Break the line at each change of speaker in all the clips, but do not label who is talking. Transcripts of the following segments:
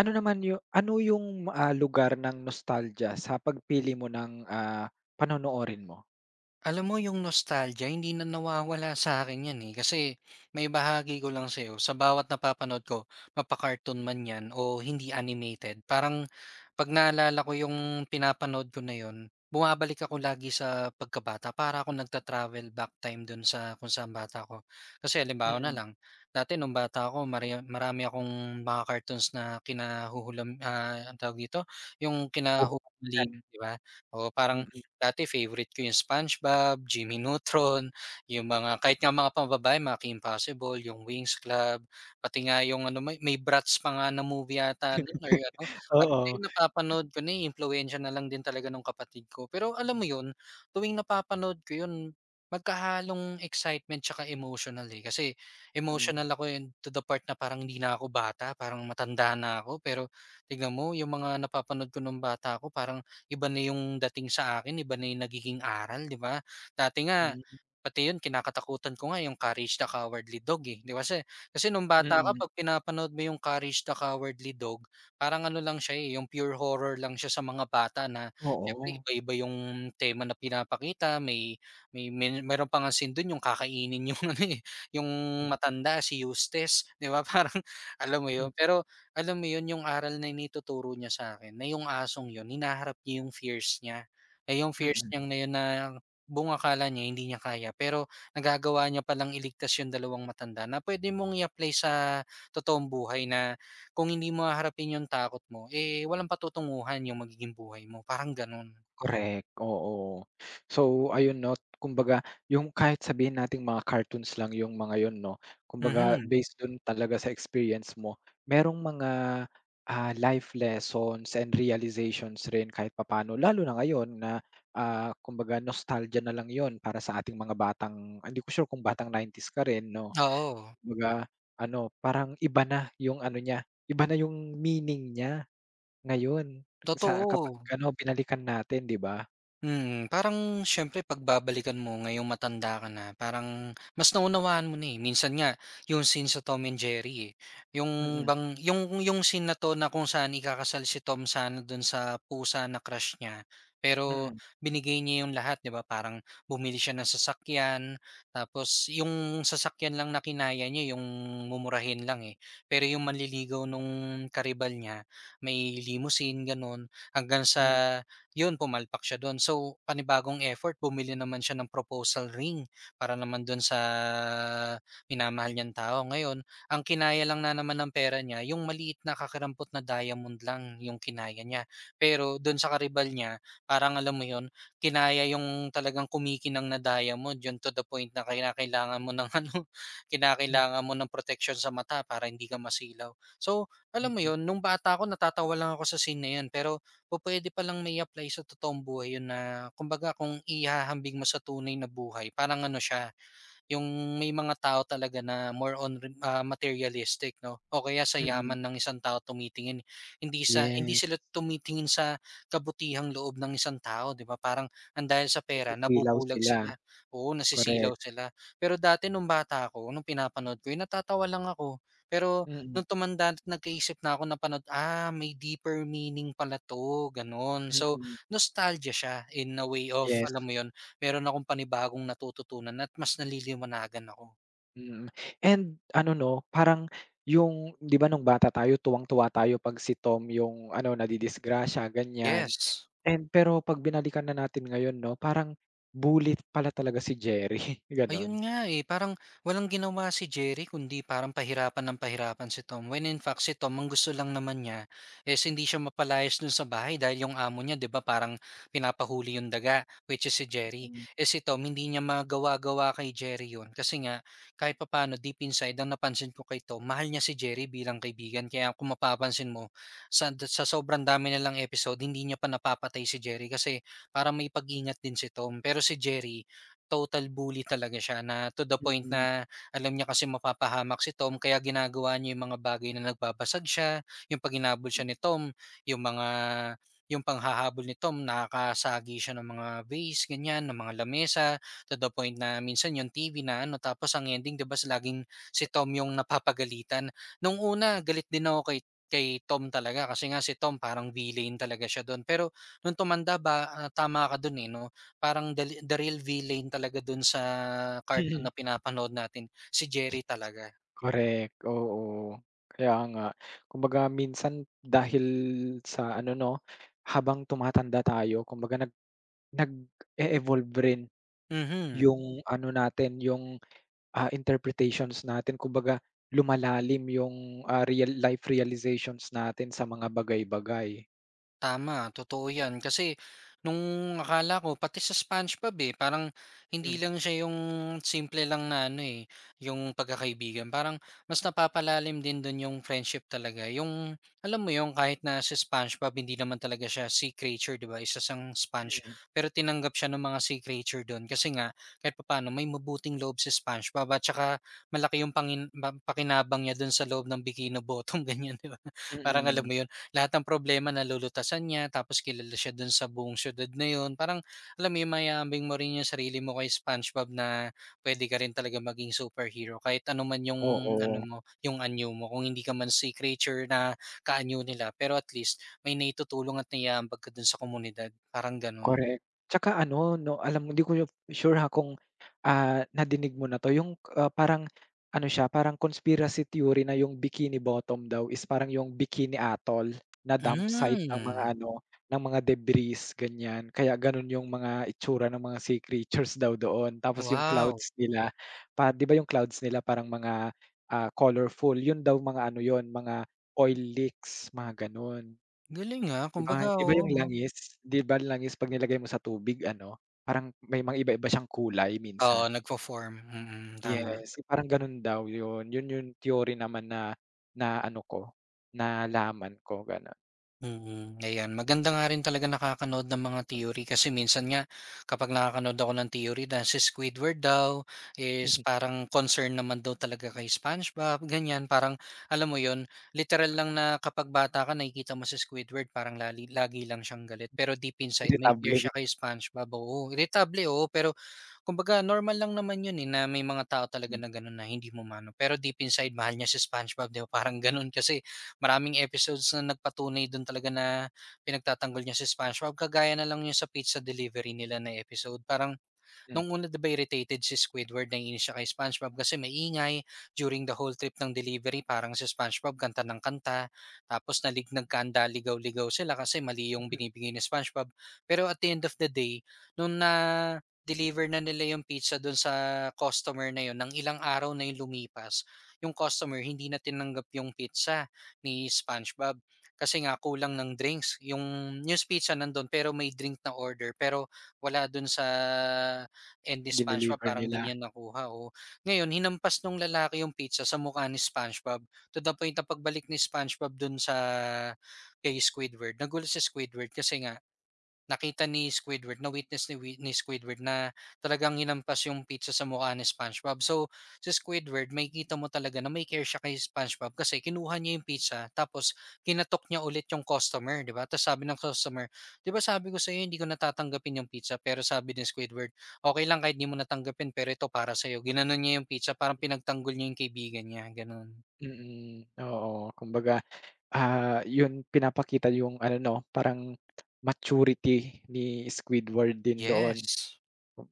Ano naman yung ano yung, lugar ng nostalgia sa pagpili mo ng, panonoorin mo?
Alam mo yung nostalgia hindi na nawawala sa'kin 'yan, eh, kasi may bahagi ko lang sa'yo sa bawat napapanood ko mapa man 'yan o hindi animated parang 'pag naalala ko yung pinapanood ko na 'yun, bumabalik ako lagi sa pagkabata para ako nagta-travel back time dun sa kung saan bata ko. Kasi halimbawa na
Mm.
lang, dati nung bata ako marami akong mga cartoons na kinahuhulam, anong tawag dito, yung kinahuhuling,
Huhukayan,
'di ba? O parang.
mm.
Dati favorite ko yung SpongeBob, Jimmy Neutron, yung mga kahit nga mga pambabae mga Kim Possible, yung Wings Club, pati nga yung ano may Bratz pa nga na movie yata nun or ano, parang
Oo.
ayun napapanood ko na, eh, impluwensiya na lang din talaga ng kapatid ko. Pero alam mo yun, tuwing napapanood ko yun, magkahalong excitement tsaka emotional, eh. Kasi
Mm,
emotional ako yun to the part na parang hindi na ako bata, parang matanda na ako pero tignan mo yung mga napapanood ko nung bata ako parang iba na yung dating sa akin, iba na yung nagiging aral, 'di ba? Dati nga,
hmm,
pati yun kinakatakutan ko nga yung Courage the Cowardly Dog, eh, 'di ba? Kasi kasi nung bata ka
mm.
'pag pinapanood mo yung Courage the Cowardly Dog, parang ano lang siya, eh, yung pure horror lang siya sa mga bata na syempre
Oo.
iba-iba yung tema na pinapakita, may may me meron pa ngang scene dun yung kakainin yung ano, eh, yung matanda si Eustace, 'di ba? Parang alam mo yun,
Mhm.
pero alam mo 'yun, yung aral na naituturo niya sa akin na yung asong 'yun hinaharap niya yung fears niya. Eh, yung fears
Mm.
niyang na 'yun na buong akala niya hindi niya kaya, pero nagagawa niya palang iligtas yung dalawang matanda na pwede mong i-apply sa totoong buhay na kung hindi mo haharapin yung takot mo, eh, walang patutunguhan yung magiging buhay mo, parang gano'n.
Correct, oo. So ayun 'no, kumbaga yung kahit sabihin nating mga cartoons lang yung mga yun 'no, kumbaga
Mhm,
based dun talaga sa experience mo, merong mga, life lessons and realizations rin kahit papaano. Lalo na ngayon na, kumbaga nostalgia na lang yon para sa ating mga batang hindi ko sure kung batang 90s s ka rin 'no.
oo,
Kumbaga ano, parang iba na yung ano niya, iba na yung meaning niya ngayon sa kapag
totoo.
ano, binalikan natin, 'di ba?
Parang siyempre pagbabalikan mo ngayong matanda ka na, parang mas naunawaan mo na, eh. Minsan nga yung scene sa Tom and Jerry, eh, yung
Mm,
bang yung scene na 'to na kung saan ikakasal si Tom sana dun sa pusa na crush niya, pero
mm,
binigay niya yung lahat, 'di ba? Parang bumili siya ng sasakyan, tapos yung sasakyan lang na kinaya niya yung mumurahin lang, eh. Pero yung manliligaw nung karibal niya, may limousine, gano'n. Hanggang
mm,
sa 'yun, pumalpak siya dun. So, panibagong effort bumili naman siya ng proposal ring para naman dun sa minamahal niyang tao. Ngayon, ang kinaya lang na naman ng pera niya yung maliit na kakarampot na diamond lang yung kinaya niya. Pero dun sa karibal niya, parang alam mo 'yun, kinaya yung talagang kumikinang na diamond, yun to the point na kinakailangan mo ng ano,
hmm,
kinakailangan mo ng protection sa mata para hindi ka masilaw. So, alam mo
mm,
'yun, nung bata ako natatawa lang ako sa scene na 'yun, pero pupwede palang mai-apply sa totoong buhay yun na kumbaga kung ihahambing mo sa tunay na buhay parang ano siya, yung may mga tao talaga na more on materialistic 'no, o kaya sa
mm.
yaman ng isang tao tumitingin. Hindi sa hindi
Yes,
sila tumitingin sa kabutihang loob ng isang tao, 'di ba? Parang ang dahil sa pera
nasisilaw
nabubulag
sila,
sila, oo, nasisilaw
correct.
sila. Pero dati nung bata ako, nung pinapanood ko yun, natatawa lang ako. Pero
Mm,
nung tumanda at nagkaisip na ako, na napanood, may deeper meaning pala 'to, gano'n. So
mm.
nostalgia siya in a way of,
Yes,
alam mo yon. Meron akong panibagong natututunan at mas naliliwanagan ako.
mm. And ano 'no, parang yung 'di ba nung bata tayo tuwang-tuwa tayo 'pag si Tom yung ano nadidisgrasya ganyan,
Yes.
and pero 'pag binalikan na natin ngayon 'no, parang bully pala talaga si Jerry, gano'n.
Ayun nga, eh, parang walang ginawa si Jerry kundi parang pahirapan ng pahirapan si Tom. When in fact si Tom ang gusto lang naman niya is hindi siya mapalayas dun sa bahay dahil yung amo niya 'di ba parang pinapahuli yung daga which is si Jerry.
Mm,
Eh si Tom hindi niya magawa-gawa kay Jerry yun kasi nga kahit papaano deep inside ang napansin ko kay Tom mahal niya si Jerry bilang kaibigan kaya kung mapapansin mo sa sobrang dami na lang episode hindi niya pa napapatay si Jerry kasi parang may pag-ingat din si Tom pero si Jerry total bully talaga siya na to the point
mm.
na alam niya kasi mapapahamak si Tom kaya ginagawa niya yung mga bagay na nagbabasag siya, yung 'pag hinabol siya ni Tom, yung mga yung panghahabol ni Tom nakakasagi siya ng mga vase, ganyan, ng mga lamesa, to the point na minsan yung TV na ano tapos ang ending 'di ba laging si Tom yung napapagalitan. Nung una galit din ako kay Tom talaga kasi nga si Tom parang villain talaga siya dun pero nung tumanda ba, tama ka dun, eh, 'no? Parang the real villain talaga dun sa cartoon na pinapanood natin, si Jerry talaga.
Correct, oo. Kaya nga. Kumbaga minsan dahil sa ano 'no, habang tumatanda tayo kumbaga nag-e-evolve rin
Mhm.
yung ano natin, yung, interpretations natin. Kumbaga lumalalim yung, real life realizations natin sa mga bagay-bagay.
Tama, totoo 'yan. Kasi nung akala ko pati sa SpongeBob, eh, parang hindi
Mm,
lang siya yung simple lang na ano, eh, yung pagkakaibigan. Parang mas napapalalim din dun yung friendship talaga. Yung alam mo yung kahit na si SpongeBob hindi naman talaga siya sea creature, 'di ba, isa siyang
mm,
sponge.
mm.
Pero tinanggap siya ng mga sea creature dun kasi nga kahit papaano may mabuting loob si SpongeBob at saka malaki yung pakinabang niya dun sa loob ng Bikini Bottom, ganyan, 'di ba? Parang alam
Mm.
mo yun lahat ng problema nalulutasan niya tapos kilala siya dun sa buong siyudad na yun. Parang alam mo yun, mayambing mo rin yung sarili mo kay SpongeBob na pwede ka rin talaga maging superhero kahit ano man yung ano
Oo.
mo, yung anyo mo. Kung hindi ka man sea creature na kaanyo nila, pero at least may naitutulong at naihahambag ka dun sa komunidad, parang ganun.
Correct. Tsaka ano 'no, alam mo, 'di ko sure ha kung, nadinig mo na 'to, yung, parang ano siya, parang conspiracy theory na yung Bikini Bottom daw is parang yung Bikini Atoll na dump site ng mga
Hmm,
ano, ng mga debris, ganyan. Kaya gano'n yung mga itsura ng mga sea creatures daw doon. Tapos yung
wow,
clouds nila, pa 'di ba yung clouds nila parang mga, colorful, yun daw mga ano yun, mga oil leaks, mga gano'n.
galing, ah. Kumbaga
'Di ba
oo
yung
'no.
langis, 'di ba langis 'pag nilagay mo sa tubig ano, parang may mga iba-iba siyang kulay
Oo,
minsan.
nagfo-form, tama.
Yes, parang gano'n daw yun, yun yung theory naman na na ano ko, nalaman ko gano'n.
Mm, ayan. Maganda nga rin talaga nakakanood ng mga theory kasi minsan nga kapag nakakanood ako ng theory na si Squidward daw is parang concern naman daw talaga kay SpongeBob, ganyan. Parang alam mo 'yon, literal lang na kapag bata ka nakikita mo si Squidward parang lagi lang siyang galit. Pero deep inside may care
Veritable
siya kay SpongeBob. Oo, irritable eh, oo, pero kumbaga normal lang naman 'yun eh na may mga tao talaga
gano'n,
na gano'n na hindi mo mano. Pero deep inside mahal niya si SpongeBob, 'di ba? Parang gano'n kasi maraming episodes na nagpatunay dun talaga na pinagtatanggol niya si SpongeBob, kagaya na lang yung sa pizza delivery nila na episode. Parang nung una 'di ba irritated si Squidward, naiinis siya kay SpongeBob kasi maingay during the whole trip ng delivery parang si SpongeBob kanta ng kanta, tapos nalignag kanda ang daligaw-ligaw sila kasi mali yung
hmm,
binibigay ni SpongeBob. Pero at the end of the day, nung na-deliver na nila yung pizza dun sa customer na yun, ng ilang araw na yung lumipas, yung customer hindi na tinanggap yung pizza ni SpongeBob kasi nga kulang ng drinks. Yung pizza nandun pero may drink na order pero wala dun sa and ni SpongeBob
dineliver
parang 'di
nila,
niya nakuha o ngayon hinampas nung lalaki yung pizza sa mukha ni SpongeBob to the point na pagbalik ni SpongeBob dun sa kay Squidward nagulat si Squidward kasi nga Nakita ni Squidward na-witness ni Squidward na talagang hinampas yung pizza sa mukha ni SpongeBob. So, si Squidward may kita mo talaga na may care siya kay SpongeBob kasi kinuha niya yung pizza tapos kinatok niya ulit yung customer, 'di ba? Tapos sabi ng customer, "'Di ba sabi ko sa'yo hindi ko na tatanggapin yung pizza." Pero sabi ni Squidward, okay lang kahit 'di mo na tanggapin pero ito para sa iyo. Ginanon niya yung pizza, parang pinagtanggol niya yung kaibigan niya, gano'n.
mm, oo. Kumbaga, yun pinapakita yung ano 'no, parang maturity ni Squidward din doon,
Yes.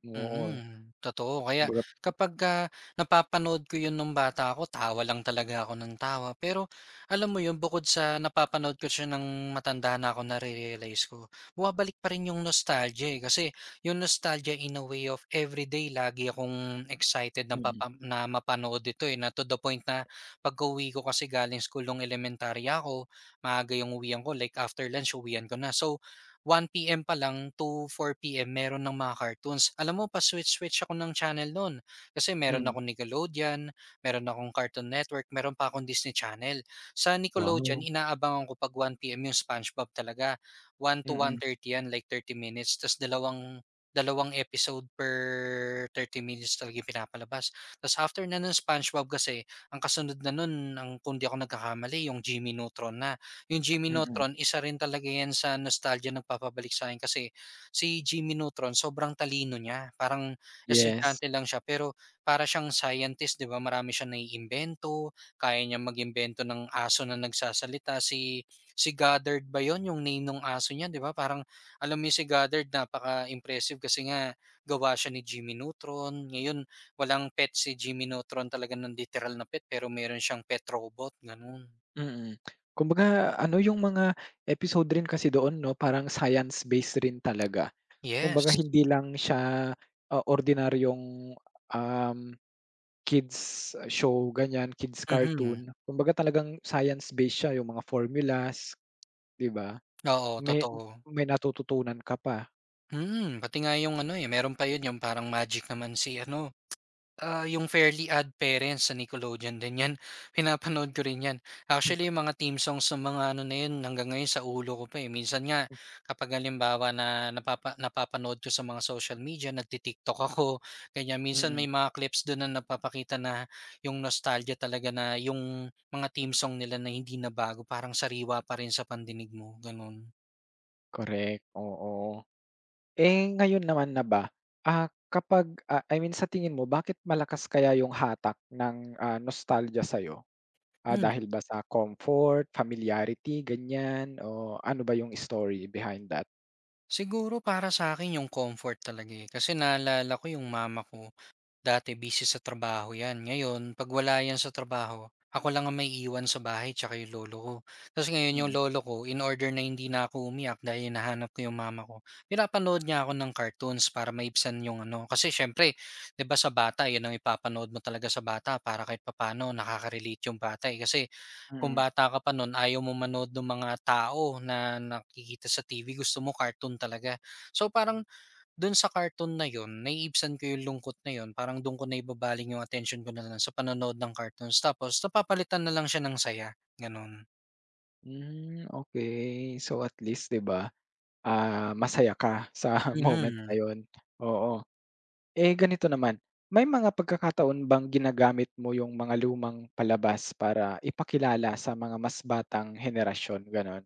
oo.
Mm, totoo. Kaya
Kumbaga
kapagka napapanood ko 'yun nung bata ako, tawa lang talaga ako ng tawa. Pero alam mo 'yun, bukod sa napapanood ko siya ng matanda na ako, nare-realize ko, bumabalik pa rin yung nostalgia, eh. Kasi yung nostalgia in a way of everyday, lagi akong excited na,
mm,
papa na mapanood ito, eh, na to the point na pagka-uwi ko kasi galing school nung elementarya ako, maaga yung uwian ko, like after lunch uwian ko na. So 1:00 PM pa lang to 4:00 PM meron ng mga cartoons. Alam mo pa-switch-switch ako ng channel nun, kasi meron
hmm,
akong Nickelodeon, meron akong Cartoon Network, meron pa akong Disney Channel. Sa Nickelodeon
wow,
inaabangan ko 'pag 1:00 PM yung SpongeBob talaga, 1 to
mm,
1:30 yan like 30 minutes ta's dalawang dalawang episode per 30 minutes talaga yung pinapalabas. Ta's after na nun SpongeBob kasi ang kasunod na nun ang kung di ako nagkakamali yung Jimmy Neutron na. Yung Jimmy
mm.
Neutron isa rin talaga 'yan sa nostalgia nagpapabalik sa'kin kasi si Jimmy Neutron sobrang talino niya, parang
Yes,
estudyante lang siya pero para siyang scientist 'di ba, marami siyang naiimbento, kaya niya mag-imbento ng aso na nagsasalita. Si si Goddard ba 'yun yung name nung aso niya, 'di ba, parang alam mo 'yun, si Goddard napaka-impressive kasi nga gawa siya ni Jimmy Neutron. Ngayon walang pet si Jimmy Neutron talaga ng literal na pet, pero meron siyang pet robot, gano'n.
mm. Kumbaga ano yung mga episode rin kasi doon 'no, parang science based rin talaga. Kumbaga
Yes.
hindi lang siya, ordinaryong, um, kids show ganyan, kids
Mhm.
cartoon. Kumbaga talagang science based siya, yung mga formulas, 'di ba?
Oo,
May
totoo.
may natututunan ka pa.
Mm, pati nga yung ano, eh, meron pa yun yung parang magic naman si ano, ah, yung Fairly Odd Parents sa Nickelodeon din yan, pinapanood ko rin yan. Actually yung mga theme songs ng mga ano na yun hanggang ngayon sa ulo ko pa, eh. Minsan nga kapag halimbawa na napapanood ko sa mga social media, nagti-TikTok ako, ganyan. Minsan may
Mm,
mga clips dun na napapakita na yung nostalgia talaga, na yung mga theme song nila na hindi na bago, parang sariwa pa rin sa pandinig mo, ganun.
correct, oo. Eh, ngayon naman na ba, kapag, I mean sa tingin mo bakit malakas kaya yung hatak ng, nostalgia sa'yo? Ah,
Mm.
dahil ba sa comfort, familiarity, ganyan o ano ba yung story behind that?
Siguro para sa akin yung comfort talaga, eh, kasi naalala ko yung mama ko. Dati busy sa trabaho 'yan. Ngayon 'pag wala 'yan sa trabaho, ako lang ang may iwan sa bahay tsaka yung lolo ko. Tapos ngayon yung
Mm,
lolo ko in order na hindi na ako umiyak dahil hinahanap ko yung mama ko, pinapanood niya ako ng cartoons para maibsan yung ano, kasi siyempre 'di ba, sa bata 'yun ang ipapanood mo talaga, sa bata para kahit papano nakaka-relate yung bata, eh. Kasi kung
mm.
bata ka pa nun, ayaw mo manood nung mga tao na nakikita sa TV, gusto mo cartoon talaga. So parang dun sa cartoon na yun, naiibsan ko yung lungkot na yun, parang dun ko naibabaling yung attention ko na lang, sa panonood ng cartoons tapos napapalitan na lang siya ng saya, ganun.
Hmm, okay. So, at least 'di ba, masaya ka sa moment na
Mhm.
yun, oo. Eh, ganito naman, may mga pagkakataon bang ginagamit mo yung mga lumang palabas para ipakilala sa mga mas batang henerasyon, gano'n?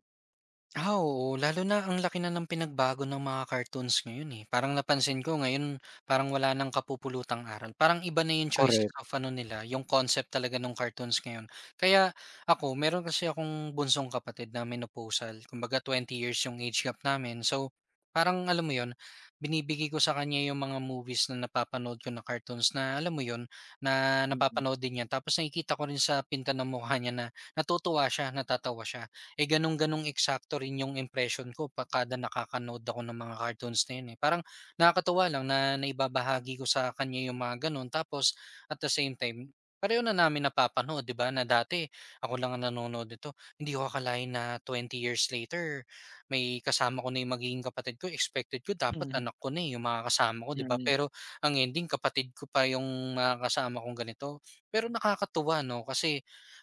Ah, oo. Lalo na ang laki na ng pinagbago ng mga cartoons ngayon, eh. Parang napansin ko ngayon, parang wala ng kapupulutang aral. Parang iba na yung choices
Korek.
of ano nila, yung concept talaga ng cartoons ngayon. Kaya ako, meron kasi akong bunsong kapatid na menopausal. Kumbaga 20 years yung age gap namin. So parang alam mo yon, binibigay ko sa kanya yung mga movies na napapanood ko, na cartoons na alam mo yon, na
Mm.
napapanood din niya. Tapos nakikita ko rin sa pinta ng mukha niya na natutuwa siya, natatawa siya. Eh, gano'n-gano'ng eksakto rin 'yung impression ko pa kada nakakanood ako ng mga cartoons na 'yun, eh. Parang nakakatuwa lang na naibabahagi ko sa kanya 'yung mga gano'n tapos at the same time, pareho na namin napapanood, 'di ba, na dati ako lang ang nanonood nito. Hindi ko akalain na 20 years later may kasama ko na 'yung magiging kapatid ko. Expected ko dapat
Mm.
anak ko na, eh, 'yung mga kasama ko, 'di ba?
Mm.
Pero ang ending, kapatid ko pa 'yung mga kasama kong ganito. Pero nakakatuwa 'no, kasi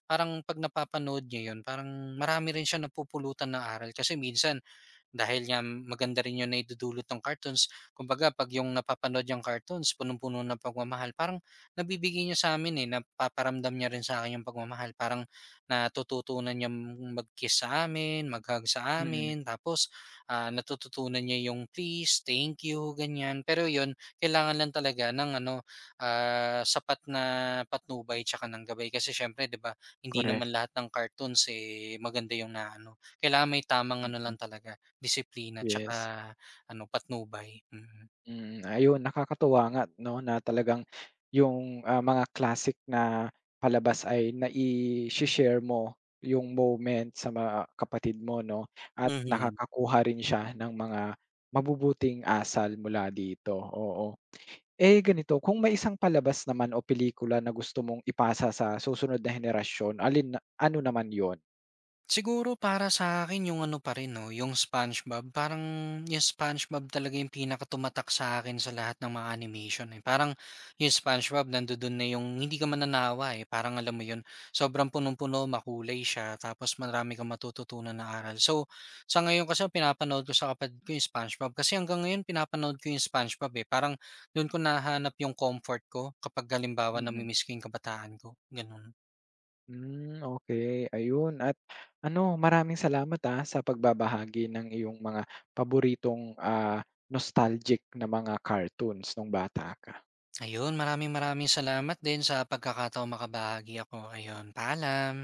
parang 'pag napapanood niya 'yun, parang marami rin siyang napupulutan ng aral, kasi minsan dahil nga maganda rin yung naidudulot ng cartoons. Kumbaga 'pag yung napapanood yung cartoons punong-puno ng pagmamahal, parang nabibigay niya sa amin, eh, napaparamdam niya rin sa'kin yung pagmamahal. Parang natututunan niyang mag-kiss sa amin, mag-hug sa
Mm.
amin, tapos, ah, natututunan niya yung please, thank you, ganyan. Pero yun, kailangan lang talaga ng ano, ah, sapat na patnubay tsaka ng gabay. Kasi siyempre 'di ba, hindi
Correct.
naman lahat ng cartoons, eh, maganda yung na ano. Kailangan may tamang ano
Mm.
lang talaga, disiplina 'tsaka
Yes.
ano, patnubay, mm.
Mm, ayun nakakatuwa nga 'no, na talagang yung, mga classic na palabas ay nai-she-share mo yung moment sa mga kapatid mo 'no, at
Mhm.
nakakakuha rin siya ng mga mabubuting asal mula dito, oo. Eh, ganito kung may isang palabas naman o pelikula na gusto mong ipasa sa susunod na henerasyon, alin na ano naman yun?
Siguro para sa akin yung ano pa rin 'no, yung SpongeBob. Parang yung SpongeBob talaga yung pinakatumatak sa akin sa lahat ng mga animation, eh. Parang yung SpongeBob nandodo'n na, yung hindi ka mananawa, eh, parang alam mo yun, sobrang punong-puno, makulay siya, tapos marami kang matututunan na aral. So sa ngayon kasi pinapanood ko sa kapatid ko yung SpongeBob, kasi hanggang ngayon pinapanood ko yung SpongeBob, eh. Parang dun ko nahanap yung comfort ko kapag halimbawa
Mm.
nami-miss ko yung kabataan ko, gano'n.
Hmm, okay. Ayun at ano maraming salamat, sa pagbabahagi ng iyong mga paboritong, nostalgic na mga cartoons nung bata ka.
Ayun, maraming maraming salamat din sa pagkakataong makabahagi ako. Ayun, paalam.